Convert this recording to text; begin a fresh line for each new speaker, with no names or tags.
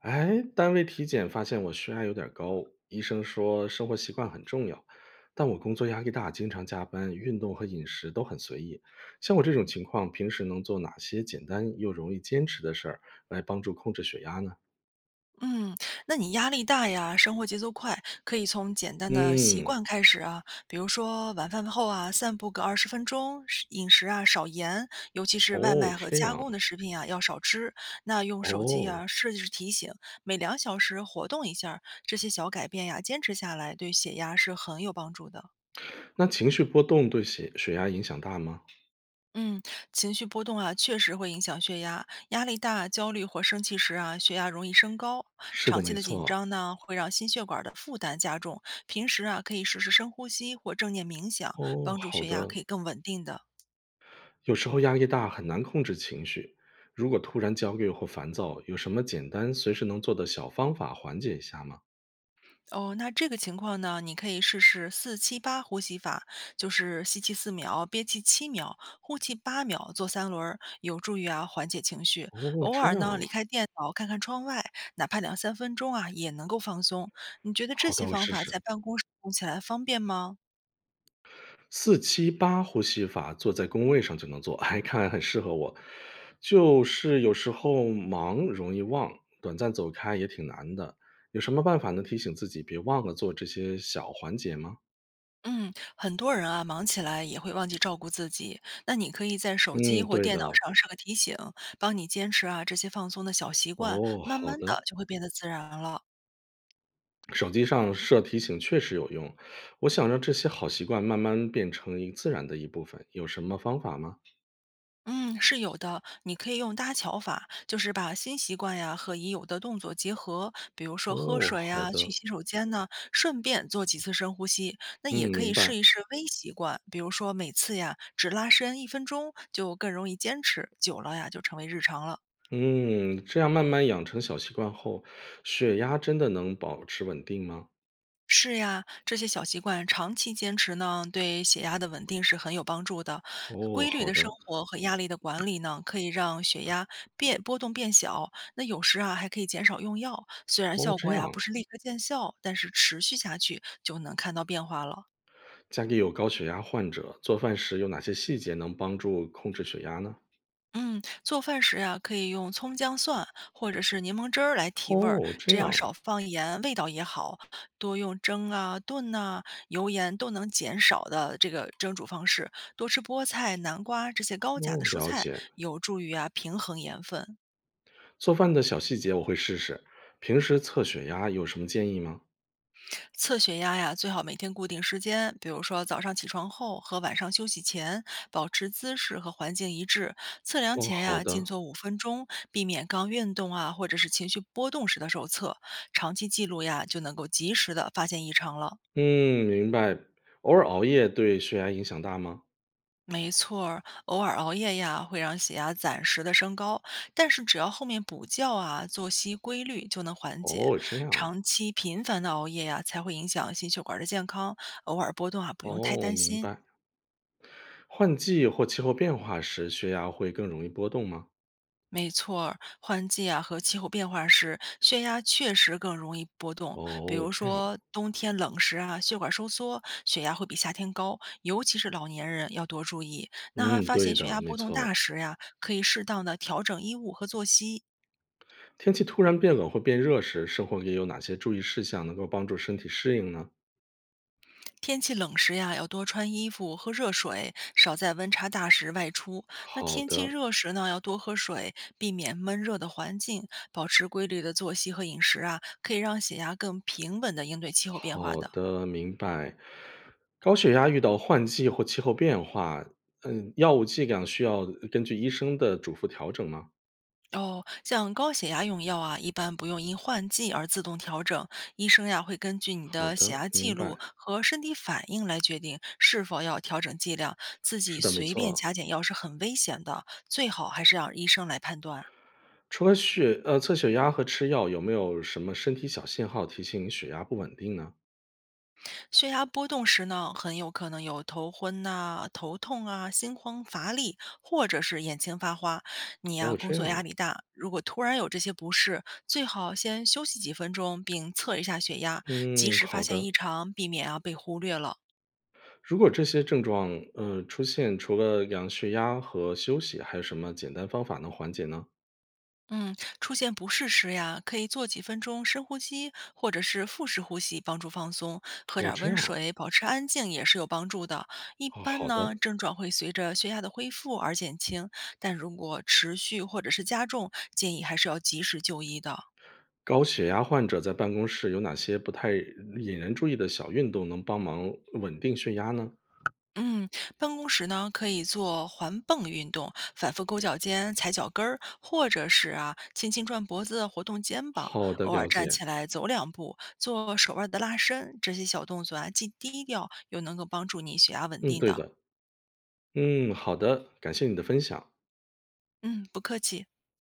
哎，单位体检发现我血压有点高，医生说生活习惯很重要，但我工作压力大，经常加班，运动和饮食都很随意。像我这种情况，平时能做哪些简单又容易坚持的事儿来帮助控制血压呢？
嗯，那你压力大呀，生活节奏快，可以从简单的习
嗯，
惯开始啊，比如说晚饭后啊，散步个20分钟，是饮食啊少盐，尤其是外
哦，
卖和
这
加
样，
工的食品啊要少吃。那用手机
哦，
啊设置提醒，每2小时活动一下儿这些小改变呀，坚持下来对血压是很有帮助的。
那情绪波动对血压影响大吗？
嗯，情绪波动啊，确实会影响血压。压力大、焦虑或生气时啊，血压容易升高。
是
长
的，
期
没
的紧
错。
张呢，会让心血管的负担加重。平时啊，可以试试深呼吸或正念冥想，
哦，
帮助
好
血压
的，
可以更稳定的。
有时候压力大，很难控制情绪。如果突然焦虑或烦躁，有什么简单随时能做的小方法缓解一下吗？
哦，那这个情况呢，你可以试试478呼吸法，就是吸气4秒，憋气7秒，呼气8秒，做3轮儿，有助于啊缓解情绪。
哦，
偶
这
尔
样
呢，
啊，
离开电脑看看窗外，哪怕两三分钟啊，也能够放松。你觉得这
好
些
的，我
方
试
法在
试。
办公室用起来方便吗？
四七八呼吸法，坐在工位上就能做，哎，看来很适合我。就是有时候忙容易忘，短暂走开也挺难的。有什么办法能提醒自己别忘了做这些小环节吗？
嗯，很多人啊，忙起来也会忘记照顾自己。那你可以在手机
嗯，
或
对
电脑
的。
上设个提醒，帮你坚持啊这些放松的小习惯，
哦，
慢
好
慢的
的。
就会变得自然了。
手机上设提醒确实有用，我想让这些好习惯慢慢变成自然的一部分，有什么方法吗？
嗯，是有的。你可以用搭桥法，就是把新习惯呀和已有的动作结合，比如说喝
哦，
水
好
呀、去
的，
洗手间呢，顺便做几次深呼吸。那
嗯，
也可以
明白，
试一试微习惯，比如说每次呀只拉伸1分钟，就更容易坚持，久了呀就成为日常了。
嗯，这样慢慢养成小习惯后，血压真的能保持稳定吗？
是呀，这些小习惯长期坚持呢，对血压的稳定是很有帮助的。
哦，
规律
好
的生
的，
活和压力的管理呢，可以让血压变波动变小。那有时啊，还可以减少用药。虽然
哦，
效
这
果
样，
呀不是立刻见效，但是持续下去就能看到变化了。
家里有高血压患者，做饭时有哪些细节能帮助控制血压呢？
嗯，做饭时呀，可以用葱姜蒜或者是柠檬汁儿来提味儿，
哦，这
这
样，
样少放盐，味道也好。多用蒸啊、炖呐、油盐都能减少的这个蒸煮方式。多吃菠菜、南瓜这些高钾
哦，
的蔬
了
菜，
解，
有助于啊平衡盐分。
做饭的小细节我会试试。平时测血压有什么建议吗？
测血压呀，最好每天固定时间，比如说早上起床后和晚上休息前，保持姿势和环境一致。测量
哦，
前
好
呀，静
的，
坐5分钟，避免刚运动啊或者是情绪波动时的手测。长期记录呀，就能够及时的发现异常了。
嗯，明白。偶尔熬夜对血压影响大吗？
没错儿偶尔熬夜呀，会让血压暂时的升高，但是只要后面补觉啊，作息规律就能缓解。
哦，这样。
长期频繁的熬夜呀，才会影响心血管的健康。偶尔波动啊，不用太
哦，
担
明
心。
白。换季或气候变化时，血压会更容易波动吗？
没错儿，换季啊和气候变化时，血压确实更容易波动。比
哦，
如
这样。
说冬天冷时啊，血管收缩，血压会比夏天高，尤其是老年人要多注意。那
嗯，
发
对
现血
的，
压
没
波动大
错。
时呀，可以适当的调整衣物和作息。
天气突然变冷或变热时，生活里有哪些注意事项能够帮助身体适应呢？
天气冷时呀，要多穿衣服、喝热水，少在温差大时外出。那
好
天气
的，
热时呢，要多喝水，避免闷热的环境，保持规律的作息和饮食啊，可以让血压更平稳的应对气候变化
好
的。
的，明白。高血压遇到换季或气候变化，嗯，药物剂量需要根据医生的嘱咐调整吗？
哦，像高血压用药啊，一般不用因换季而自动调整，医生呀会根据你
好
的血
的，
压记
明
录
白。
和身体反应来决定是否要调整剂量，自己
是的，没
随便
错。
加减药是很危险的，最好还是让医生来判断啊。
除了测血压和吃药，有没有什么身体小信号提醒你血压不稳定呢？
血压波动时呢，很有可能有头昏呐、头痛啊、心慌、乏力，或者是眼前发花。你呀、
哦，
工
这
作
样，
压力大，如果突然有这些不适，最好先休息几分钟，并测一下血压，及
嗯，
时发
好
现
的。
异常，避免啊被忽略了。
如果这些症状，出现，除了量血压和休息，还有什么简单方法能缓解呢？
嗯，出现不适时呀，可以做几分钟深呼吸，或者是腹式呼吸，帮助放松。喝
哦，
点儿
这
温
样，
水，保持安静也是有帮助的。一
哦，
般
好
呢，
的。
症状会随着血压的恢复而减轻，但如果持续或者是加重，建议还是要及时就医的。
高血压患者在办公室有哪些不太引人注意的小运动能帮忙稳定血压呢？
嗯，办公时呢，可以做环蹦运动，反复勾脚尖、踩脚跟儿，或者是啊，轻轻转脖子、活动肩膀，
好的，
偶尔
了
站
解。
起来走两步，做手腕的拉伸，这些小动作啊，既低调又能够帮助你血压稳
嗯，
定
对
的。
的。嗯，好的，感谢你的分享。
嗯，不客气。